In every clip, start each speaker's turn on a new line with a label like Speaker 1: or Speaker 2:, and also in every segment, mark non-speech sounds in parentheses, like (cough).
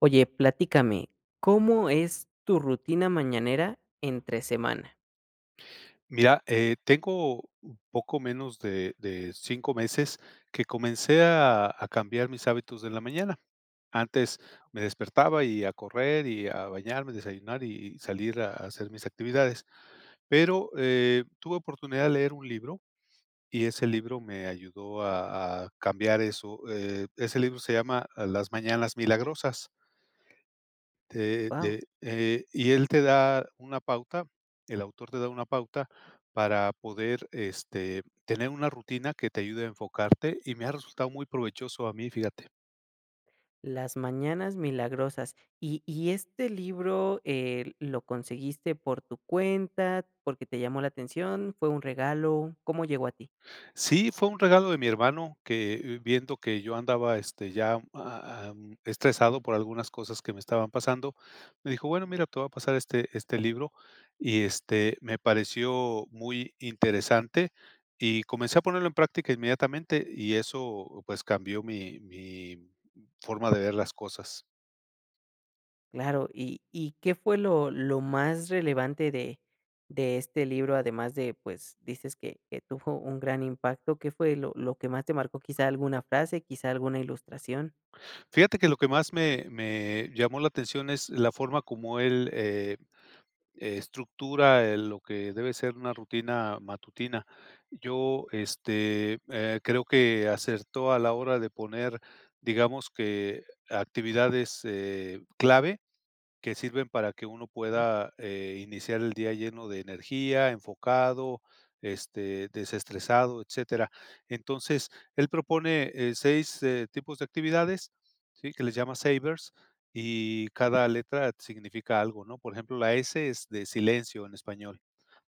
Speaker 1: Oye, platícame, ¿cómo es tu rutina mañanera entre semana?
Speaker 2: Mira, tengo un poco menos de 5 meses que comencé a cambiar mis hábitos de la mañana. Antes me despertaba y a correr y a bañarme, desayunar y salir a hacer mis actividades. Pero tuve oportunidad de leer un libro y ese libro me ayudó a cambiar eso. Ese libro se llama Las Mañanas Milagrosas
Speaker 1: Wow.
Speaker 2: y él te da una pauta, el autor te da una pauta para poder, tener una rutina que te ayude a enfocarte, y me ha resultado muy provechoso a mí, fíjate.
Speaker 1: Las mañanas milagrosas. ¿Y este libro lo conseguiste por tu cuenta, porque te llamó la atención, ¿fue un regalo? ¿Cómo llegó a ti?
Speaker 2: Sí, fue un regalo de mi hermano que, viendo que yo andaba, ya, estresado por algunas cosas que me estaban pasando, me dijo: "Bueno, mira, te voy a pasar este libro", y, me pareció muy interesante y comencé a ponerlo en práctica inmediatamente, y eso, pues, cambió mi forma de ver las cosas.
Speaker 1: Claro, ¿y qué fue lo más relevante de este libro? Además de, pues, dices que tuvo un gran impacto, ¿qué fue lo que más te marcó? ¿Quizá alguna frase, quizá alguna ilustración?
Speaker 2: Fíjate que lo que más me llamó la atención es la forma como él, estructura, lo que debe ser una rutina matutina. Yo, creo que acertó a la hora de poner, digamos que actividades, clave, que sirven para que uno
Speaker 1: Claro.
Speaker 2: pueda, iniciar el día lleno de energía, enfocado, desestresado, etcétera. Entonces, él propone, 6, tipos de actividades, ¿sí? Que les llama savers, y cada letra significa algo, ¿no? Por ejemplo, la S es de silencio en español.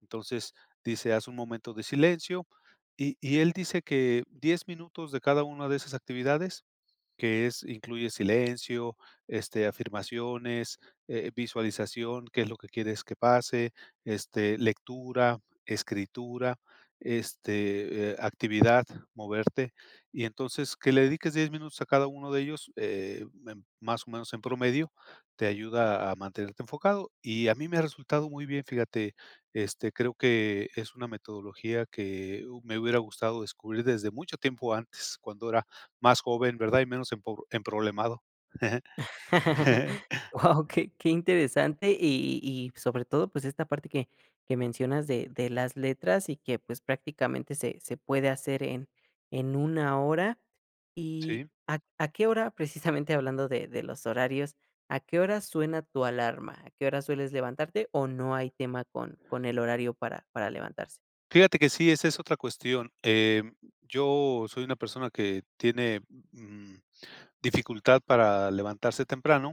Speaker 2: Entonces, dice: "Haz un momento de silencio", y él dice que 10 minutos de cada una de esas actividades, que es incluye silencio, afirmaciones, visualización, qué es lo que quieres que pase, lectura, escritura, actividad, moverte. Y entonces, que le dediques 10 minutos a cada uno de ellos, en más o menos en promedio, te ayuda a mantenerte enfocado, y a mí me ha resultado muy bien, fíjate. Creo que es una metodología que me hubiera gustado descubrir desde mucho tiempo antes, cuando era más joven, ¿verdad? Y menos empobr emproblemado. (laughs)
Speaker 1: (laughs) Wow, qué interesante, y sobre todo, pues, esta parte que mencionas de las letras y que, pues, prácticamente se puede hacer en una hora, y,
Speaker 2: Sí.
Speaker 1: ¿a qué hora?, precisamente hablando de los horarios, ¿a qué hora suena tu alarma? ¿A qué hora sueles levantarte, o no hay tema con el horario para levantarse?
Speaker 2: Fíjate que sí, esa es otra cuestión. Yo soy una persona que tiene, mm dificultad para levantarse temprano,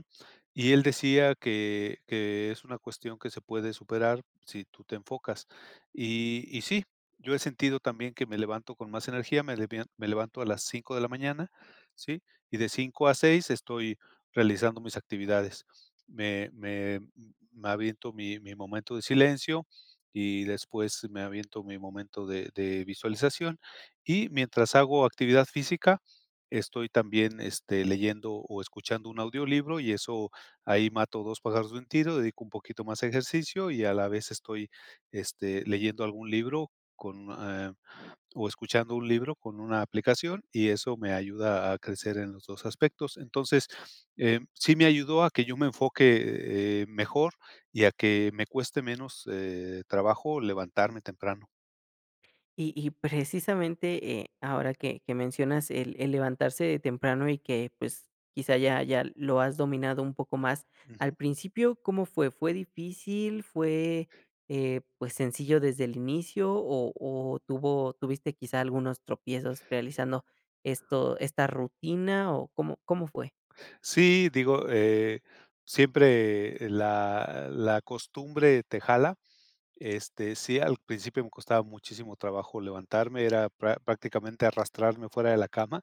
Speaker 2: y él decía que es una cuestión que se puede superar si tú te enfocas. Y sí, yo he sentido también que me levanto con más energía, me levanto a las 5 de la mañana, ¿sí? Y de 5 a 6 estoy realizando mis actividades. Me aviento mi momento de silencio y después me aviento mi momento de visualización, y mientras hago actividad física estoy también, leyendo o escuchando un audiolibro, y eso ahí mato 2 pájaros de un tiro, dedico un poquito más a ejercicio y a la vez estoy, leyendo algún libro con, eh, o escuchando un libro con una aplicación y eso me ayuda a crecer en los 2 aspectos. Entonces, sí me ayudó a que yo me enfoque, mejor, y a que me cueste menos, trabajo levantarme temprano.
Speaker 1: Y precisamente, ahora que mencionas el levantarse de temprano y que, pues, quizá ya lo has dominado un poco más. Al
Speaker 2: Ujú.
Speaker 1: principio, ¿cómo fue? ¿Fue difícil? ¿Fue, pues, sencillo desde el inicio? ¿O tuvo tuviste quizá algunos tropiezos realizando esto esta rutina? ¿O cómo fue?
Speaker 2: Sí, digo, siempre la costumbre te jala. Sí, al principio me costaba muchísimo trabajo levantarme, era prácticamente arrastrarme fuera de la cama.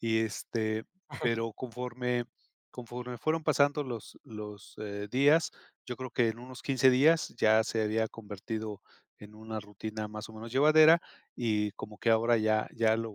Speaker 2: Y, pero conforme fueron pasando los días, yo creo que en unos 15 días ya se había convertido en una rutina más o menos llevadera, y como que ahora ya lo,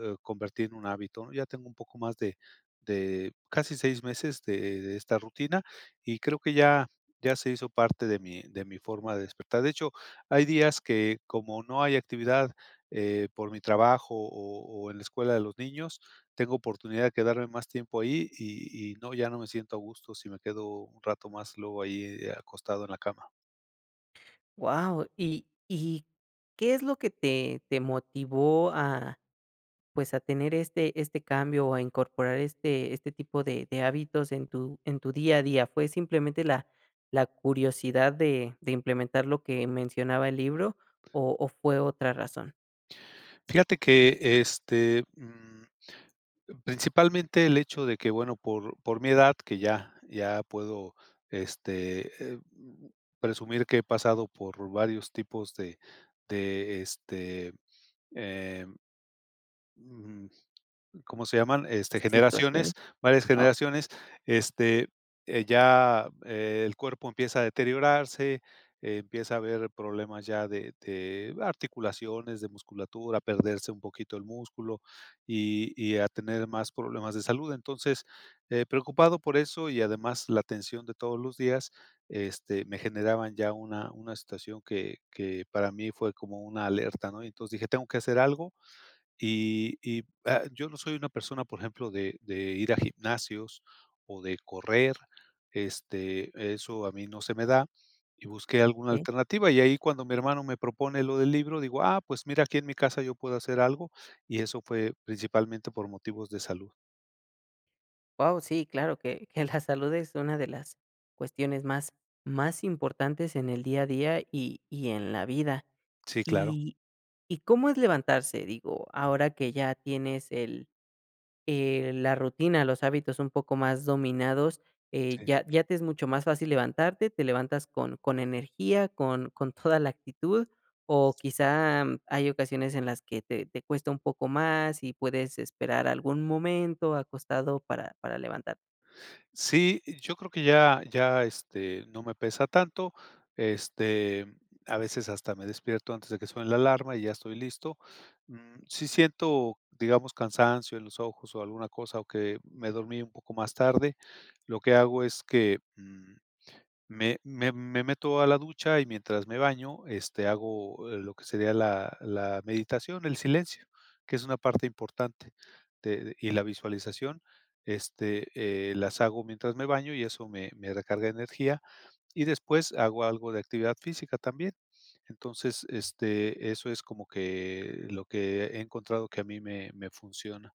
Speaker 2: convertí en un hábito, ¿no? Ya tengo un poco más de casi 6 meses de esta rutina, y creo que ya se hizo parte de mi forma de despertar. De hecho, hay días que como no hay actividad, por mi trabajo o en la escuela de los niños, tengo oportunidad de quedarme más tiempo ahí y no, ya no me siento a gusto si me quedo un rato más luego ahí, acostado en la cama.
Speaker 1: Wow. ¿Y qué es lo que te motivó a pues, a tener este cambio o a incorporar este tipo de hábitos en tu día a día? ¿Fue simplemente la curiosidad de implementar lo que mencionaba el libro o fue otra razón?
Speaker 2: Fíjate que, principalmente el hecho de que, bueno, por mi edad, que ya puedo, este, eh, presumir que he pasado por varios tipos de, eh, mm, ¿Cómo se llaman? Generaciones,
Speaker 1: ¿Situaciones?
Speaker 2: varias
Speaker 1: Ah,
Speaker 2: generaciones, este, ya el cuerpo empieza a deteriorarse, empieza a haber problemas ya de articulaciones, de musculatura, perderse un poquito el músculo, y a tener más problemas de salud. Entonces, preocupado por eso y además la tensión de todos los días, me generaban ya una situación que para mí fue como una alerta, ¿no? Entonces dije: "Tengo que hacer algo". Yo no soy una persona, por ejemplo, de ir a gimnasios o de correr, eso a mí no se me da, y busqué alguna
Speaker 1: okey.
Speaker 2: alternativa, y ahí cuando mi hermano me propone lo del libro, digo: "Ah, pues mira, aquí en mi casa yo puedo hacer algo", y eso fue principalmente por motivos de salud.
Speaker 1: Guau, sí, claro, que la salud es una de las cuestiones más importantes en el día a día y en la vida.
Speaker 2: Sí, claro.
Speaker 1: ¿Y y cómo es levantarse? Digo, ahora que ya tienes el la rutina, los hábitos un poco más dominados, ya, ya te es mucho más fácil levantarte, te levantas con energía, con toda la actitud, o quizá hay ocasiones en las que te cuesta un poco más y puedes esperar algún momento acostado para levantarte.
Speaker 2: Sí, yo creo que ya, no me pesa tanto, este, a veces hasta me despierto antes de que suene la alarma y ya estoy listo. Sí siento, digamos, cansancio en los ojos o alguna cosa, o que me dormí un poco más tarde. Lo que hago es que, me meto a la ducha y mientras me baño, hago, lo que sería la meditación, el silencio, que es una parte importante de y la visualización, este, las hago mientras me baño y eso me recarga energía, y después hago algo de actividad física también. Entonces, eso es como que lo que he encontrado que a mí me funciona.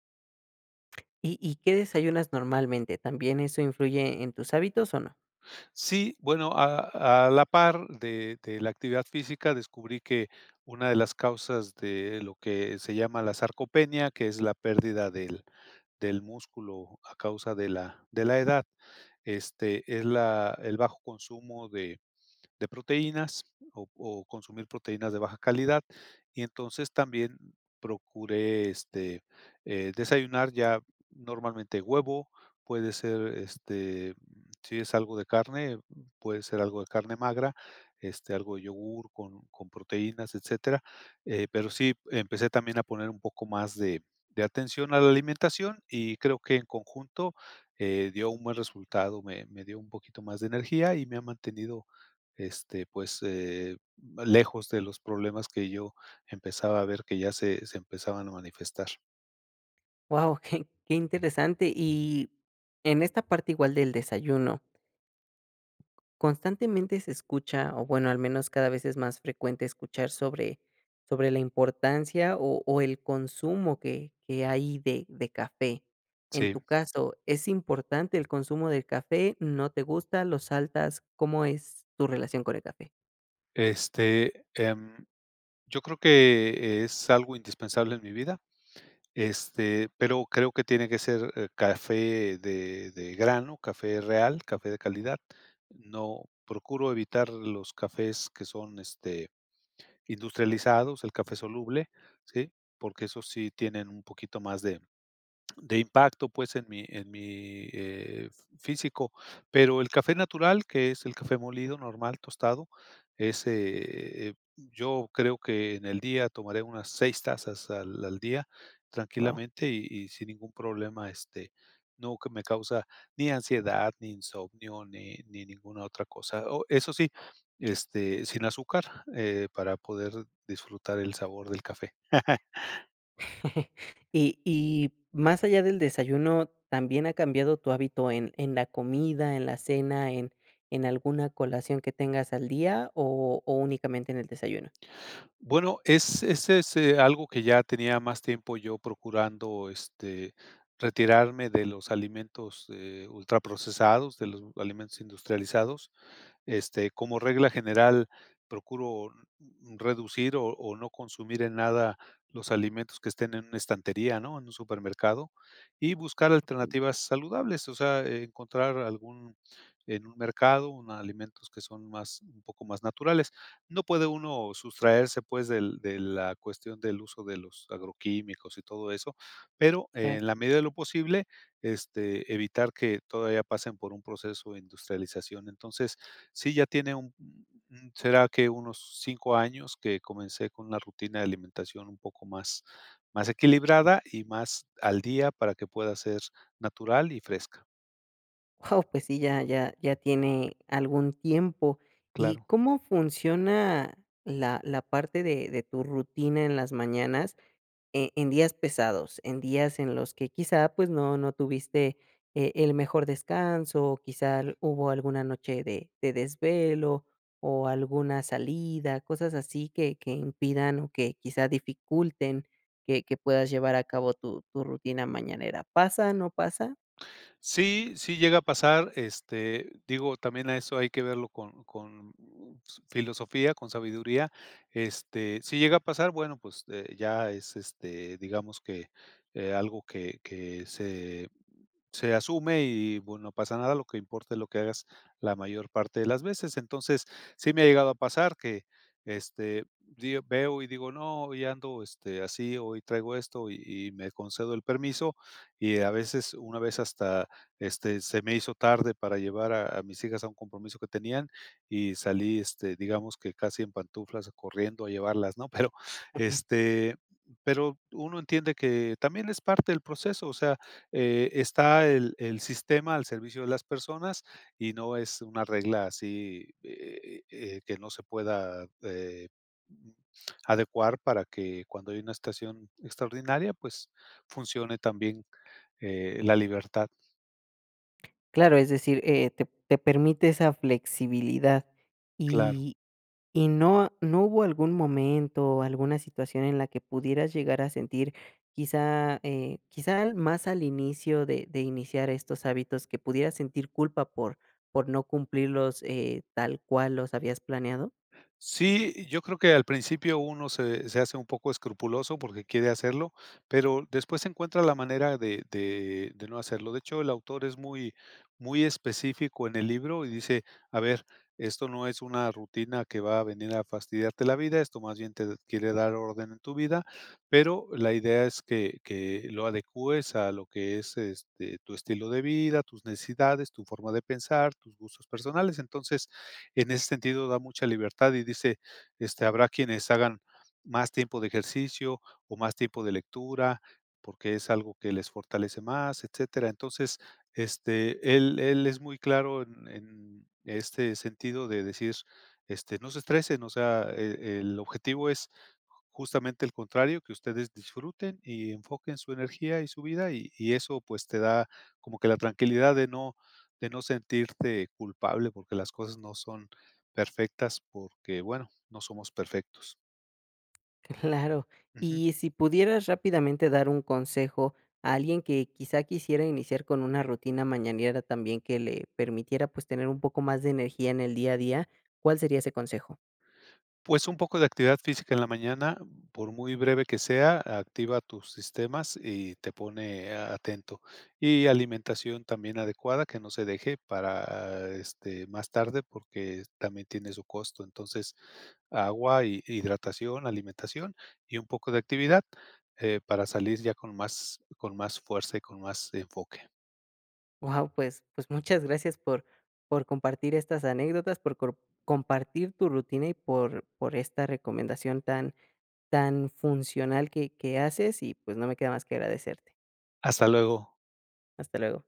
Speaker 1: ¿Y, ¿y qué desayunas normalmente? ¿También eso influye en tus hábitos o no?
Speaker 2: Sí, bueno, a la par de la actividad física, descubrí que una de las causas de lo que se llama la sarcopenia, que es la pérdida del músculo a causa de la edad, es la el bajo consumo de proteínas o consumir proteínas de baja calidad. Y entonces también procuré, desayunar ya normalmente huevo, puede ser, si es algo de carne, puede ser algo de carne magra, algo de yogur con proteínas, etcétera. Pero sí, empecé también a poner un poco más de atención a la alimentación y creo que en conjunto, dio un buen resultado, me dio un poquito más de energía y me ha mantenido, pues, lejos de los problemas que yo empezaba a ver que ya se empezaban a manifestar.
Speaker 1: Wow, (laughs) qué, qué interesante. Y en esta parte igual del desayuno, constantemente se escucha, o bueno, al menos cada vez es más frecuente escuchar sobre, sobre la importancia o el consumo que hay de café. En
Speaker 2: Sí,
Speaker 1: tu caso, ¿es importante el consumo del café? ¿No te gusta? ¿Lo saltas? ¿Cómo es tu relación con el café?
Speaker 2: este, em, yo creo que es algo indispensable en mi vida, pero creo que tiene que ser, café de grano, café real, café de calidad. No, procuro evitar los cafés que son, industrializados, el café soluble, ¿sí? Porque esos sí tienen un poquito más de impacto, pues, en mi, físico, pero el café natural, que es el café molido normal, tostado, ese, yo creo que en el día tomaré unas 6 tazas al día
Speaker 1: Wow.
Speaker 2: tranquilamente y sin ningún problema, no que me causa ni ansiedad, ni insomnio, ni ninguna otra cosa. Oh, eso sí, sin azúcar, para poder disfrutar el sabor del café.
Speaker 1: (laughs) Y más allá del desayuno, ¿también ha cambiado tu hábito en la comida, en la cena, en alguna colación que tengas al día o únicamente en el desayuno?
Speaker 2: Bueno, es ese es, algo que ya tenía más tiempo yo procurando, retirarme de los alimentos, ultraprocesados, de los alimentos industrializados, como regla general, procuro, reducir o no consumir en nada los alimentos que estén en una estantería, ¿no? En un supermercado, y buscar alternativas saludables, o sea, encontrar algún en un mercado, un alimentos que son más un poco más naturales. No puede uno sustraerse, pues, del de la cuestión del uso de los agroquímicos y todo eso, pero en la medida de lo posible, evitar que todavía pasen por un proceso de industrialización. Entonces, sí, ya tiene un será que unos 5 años que comencé con una rutina de alimentación un poco más equilibrada y más al día para que pueda ser natural y fresca.
Speaker 1: Wow, pues sí, ya ya tiene algún tiempo. ¿Y
Speaker 2: Claro.
Speaker 1: cómo funciona la parte de tu rutina en las mañanas, e en días pesados? En días en los que quizá, pues, no tuviste, el mejor descanso, o quizá al hubo alguna noche de desvelo, o alguna salida, cosas así que impidan, o que quizá dificulten que puedas llevar a cabo tu rutina mañanera, ¿pasa, no pasa?
Speaker 2: Sí, sí llega a pasar, digo, también a eso hay que verlo con filosofía, con sabiduría, si llega a pasar, bueno, pues, ya es, digamos que, algo que se asume y, bueno, no pasa nada, lo que importa es lo que hagas la mayor parte de las veces. Entonces, sí me ha llegado a pasar que, veo y digo, no, hoy ando, así, hoy traigo esto y me concedo el permiso y a veces, una vez hasta, se me hizo tarde para llevar a mis hijas a un compromiso que tenían y salí, digamos que casi en pantuflas corriendo a llevarlas, ¿no? (laughs) Pero, este, pero uno entiende que también es parte del proceso, o sea, está el sistema al servicio de las personas y no es una regla así, que no se pueda, mm, adecuar para que cuando hay una estación extraordinaria, pues, funcione también, la libertad,
Speaker 1: Claro, es decir, te permite esa flexibilidad.
Speaker 2: claro.
Speaker 1: Y no hubo algún momento, alguna situación en la que pudieras llegar a sentir, quizá, quizá al más al inicio de iniciar estos hábitos, que pudieras sentir culpa por no cumplirlos, tal cual los habías planeado.
Speaker 2: Sí, yo creo que al principio uno se hace un poco escrupuloso porque quiere hacerlo, pero después se encuentra la manera de no hacerlo. De hecho, el autor es muy, muy específico en el libro y dice, a ver, esto no es una rutina que va a venir a fastidiarte la vida, esto más bien te quiere dar orden en tu vida, pero la idea es que, lo adecúes a lo que es, tu estilo de vida, tus necesidades, tu forma de pensar, tus gustos personales. Entonces, en ese sentido da mucha libertad y dice, habrá quienes hagan más tiempo de ejercicio o más tiempo de lectura, porque es algo que les fortalece más, etcétera. Entonces, él es muy claro en este sentido de decir, no se estresen, o sea, el objetivo es justamente el contrario, que ustedes disfruten y enfoquen su energía y su vida y eso pues te da como que la tranquilidad de no sentirte culpable porque las cosas no son perfectas, porque, bueno, no somos perfectos.
Speaker 1: Claro.
Speaker 2: Ujú.
Speaker 1: Y si pudieras rápidamente dar un consejo a alguien que quizá quisiera iniciar con una rutina mañanera también que le permitiera pues tener un poco más de energía en el día a día, ¿cuál sería ese consejo?
Speaker 2: Pues un poco de actividad física en la mañana, por muy breve que sea, activa tus sistemas y te pone atento. Y alimentación también adecuada, que no se deje para más tarde, porque también tiene su costo. Entonces, agua, hidratación, alimentación y un poco de actividad, para salir ya con más fuerza y con más enfoque.
Speaker 1: Wow, pues, pues muchas gracias por compartir estas anécdotas, por compartir tu rutina y por esta recomendación tan, tan funcional que haces y pues no me queda más que agradecerte.
Speaker 2: Hasta luego.
Speaker 1: Hasta luego.